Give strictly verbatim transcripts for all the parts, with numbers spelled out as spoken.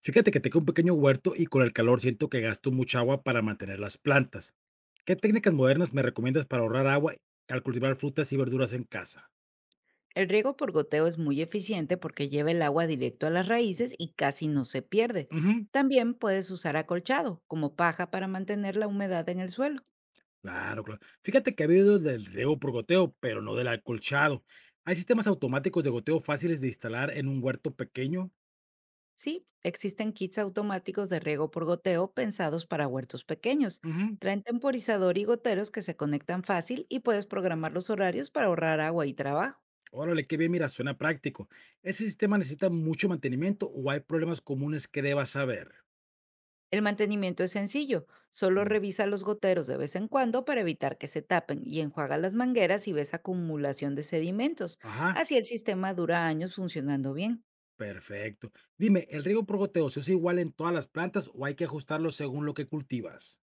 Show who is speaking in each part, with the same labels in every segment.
Speaker 1: Fíjate que tengo un pequeño huerto y con el calor siento que gasto mucha agua para mantener las plantas. ¿Qué técnicas modernas me recomiendas para ahorrar agua al cultivar frutas y verduras en casa?
Speaker 2: El riego por goteo es muy eficiente porque lleva el agua directo a las raíces y casi no se pierde.
Speaker 1: Ujú.
Speaker 2: También puedes usar acolchado como paja para mantener la humedad en el suelo.
Speaker 1: Claro, claro. Fíjate que ha habido del riego por goteo, pero no del acolchado. ¿Hay sistemas automáticos de goteo fáciles de instalar en un huerto pequeño?
Speaker 2: Sí, existen kits automáticos de riego por goteo pensados para huertos pequeños.
Speaker 1: Ujú.
Speaker 2: Traen temporizador y goteros que se conectan fácil y puedes programar los horarios para ahorrar agua y trabajo.
Speaker 1: Órale, qué bien, mira, suena práctico. ¿Ese sistema necesita mucho mantenimiento o hay problemas comunes que debas saber?
Speaker 2: El mantenimiento es sencillo, solo
Speaker 1: Mm.
Speaker 2: revisa los goteros de vez en cuando para evitar que se tapen y enjuaga las mangueras si ves acumulación de sedimentos.
Speaker 1: Ajá.
Speaker 2: Así el sistema dura años funcionando bien.
Speaker 1: Perfecto. Dime, ¿el riego por goteos es igual en todas las plantas o hay que ajustarlo según lo que cultivas?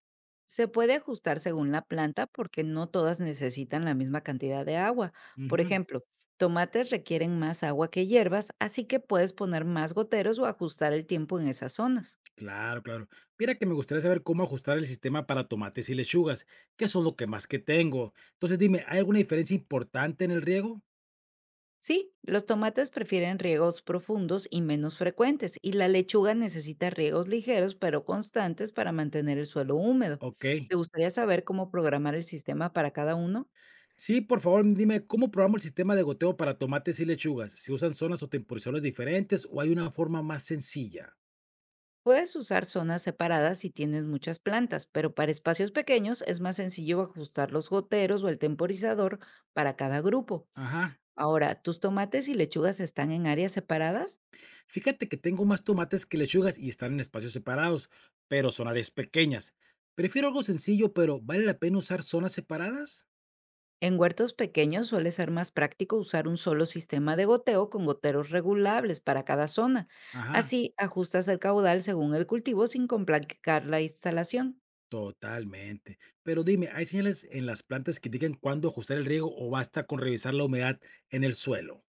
Speaker 2: Se puede ajustar según la planta porque no todas necesitan la misma cantidad de agua. Por
Speaker 1: Ujú.
Speaker 2: ejemplo, tomates requieren más agua que hierbas, así que puedes poner más goteros o ajustar el tiempo en esas zonas.
Speaker 1: Claro, claro. Mira que me gustaría saber cómo ajustar el sistema para tomates y lechugas, que son lo que más que tengo. Entonces dime, ¿hay alguna diferencia importante en el riego?
Speaker 2: Sí, los tomates prefieren riegos profundos y menos frecuentes, y la lechuga necesita riegos ligeros pero constantes para mantener el suelo húmedo.
Speaker 1: Ok.
Speaker 2: ¿Te gustaría saber cómo programar el sistema para cada uno?
Speaker 1: Sí, por favor, dime, ¿cómo probamos el sistema de goteo para tomates y lechugas? ¿Se usan zonas o temporizadores diferentes o hay una forma más sencilla?
Speaker 2: Puedes usar zonas separadas si tienes muchas plantas, pero para espacios pequeños es más sencillo ajustar los goteros o el temporizador para cada grupo.
Speaker 1: Ajá.
Speaker 2: Ahora, ¿tus tomates y lechugas están en áreas separadas?
Speaker 1: Fíjate que tengo más tomates que lechugas y están en espacios separados, pero son áreas pequeñas. Prefiero algo sencillo, pero ¿vale la pena usar zonas separadas?
Speaker 2: En huertos pequeños suele ser más práctico usar un solo sistema de goteo con goteros regulables para cada zona.
Speaker 1: Ajá,
Speaker 2: Así ajustas el caudal según el cultivo sin complicar la instalación.
Speaker 1: totalmente. Pero dime, ¿hay señales en las plantas que digan cuándo ajustar el riego o basta con revisar la humedad en el suelo?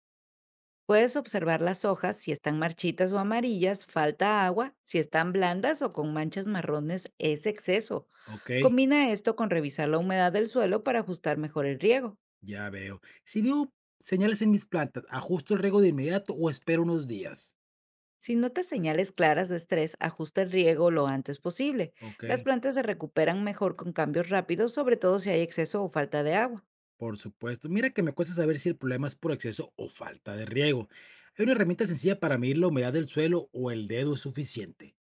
Speaker 2: Puedes observar las hojas: si están marchitas o amarillas, falta agua; si están blandas o con manchas marrones, es exceso.
Speaker 1: Ok,
Speaker 2: Combina esto con revisar la humedad del suelo para ajustar mejor el riego.
Speaker 1: ya veo. Si veo señales en mis plantas, ¿ajusto el riego de inmediato o espero unos días?
Speaker 2: Si notas señales claras de estrés, ajusta el riego lo antes posible.
Speaker 1: Ok.
Speaker 2: Las plantas se recuperan mejor con cambios rápidos, sobre todo si hay exceso o falta de agua.
Speaker 1: Por supuesto. Mira que me cuesta saber si el problema es por exceso o falta de riego. Hay una herramienta sencilla para medir la humedad del suelo o el dedo es suficiente.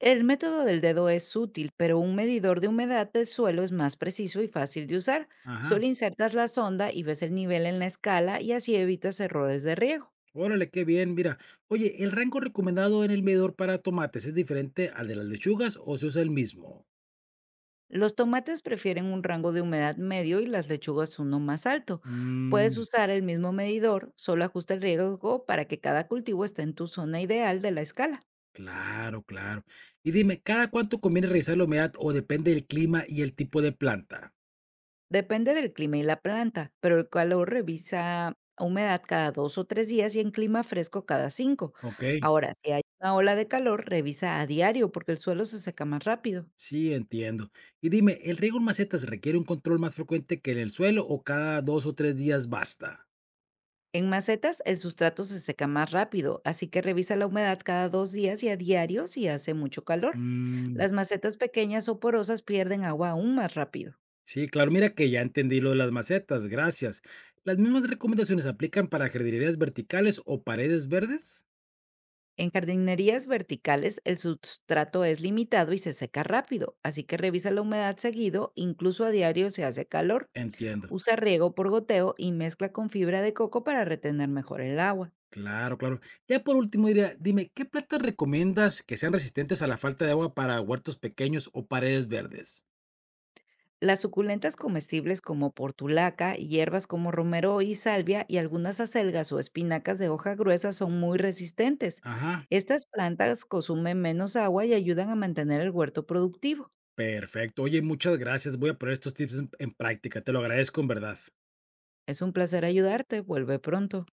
Speaker 2: El método del dedo es útil, pero un medidor de humedad del suelo es más preciso y fácil de usar.
Speaker 1: Ajá.
Speaker 2: Solo insertas la sonda y ves el nivel en la escala, y así evitas errores de riego.
Speaker 1: Órale, qué bien, mira. Oye, ¿el rango recomendado en el medidor para tomates es diferente al de las lechugas o se usa el mismo?
Speaker 2: Los tomates prefieren un rango de humedad medio y las lechugas uno más alto. Puedes
Speaker 1: Mm,
Speaker 2: usar el mismo medidor, solo ajusta el riego para que cada cultivo esté en tu zona ideal de la escala.
Speaker 1: claro, claro. Y dime, ¿cada cuánto conviene revisar la humedad o depende del clima y el tipo de planta?
Speaker 2: Depende del clima y la planta, pero el calor revisa humedad cada dos o tres días, y en clima fresco cada cinco.
Speaker 1: Ok.
Speaker 2: Ahora, si hay una ola de calor, revisa a diario porque el suelo se seca más rápido.
Speaker 1: Sí, entiendo. Y dime, ¿el riego en macetas requiere un control más frecuente que en el suelo o cada dos o tres días basta?
Speaker 2: En macetas, el sustrato se seca más rápido, así que revisa la humedad cada dos días, y a diario si hace mucho calor.
Speaker 1: Mm,
Speaker 2: Las macetas pequeñas o porosas pierden agua aún más rápido.
Speaker 1: sí, claro, mira que ya entendí lo de las macetas, gracias. ¿Las mismas recomendaciones aplican para jardinerías verticales o paredes verdes?
Speaker 2: En jardinerías verticales, el sustrato es limitado y se seca rápido, así que revisa la humedad seguido, incluso a diario se hace calor.
Speaker 1: Entiendo.
Speaker 2: Usa riego por goteo y mezcla con fibra de coco para retener mejor el agua.
Speaker 1: Claro, claro. Ya por último, diría, dime, ¿qué plantas recomiendas que sean resistentes a la falta de agua para huertos pequeños o paredes verdes?
Speaker 2: Las suculentas comestibles como portulaca, hierbas como romero y salvia, y algunas acelgas o espinacas de hoja gruesa son muy resistentes.
Speaker 1: Ajá,
Speaker 2: Estas plantas consumen menos agua y ayudan a mantener el huerto productivo.
Speaker 1: perfecto. Oye, muchas gracias. Voy a poner estos tips en en práctica. Te lo agradezco en verdad.
Speaker 2: Es un placer ayudarte. Vuelve pronto.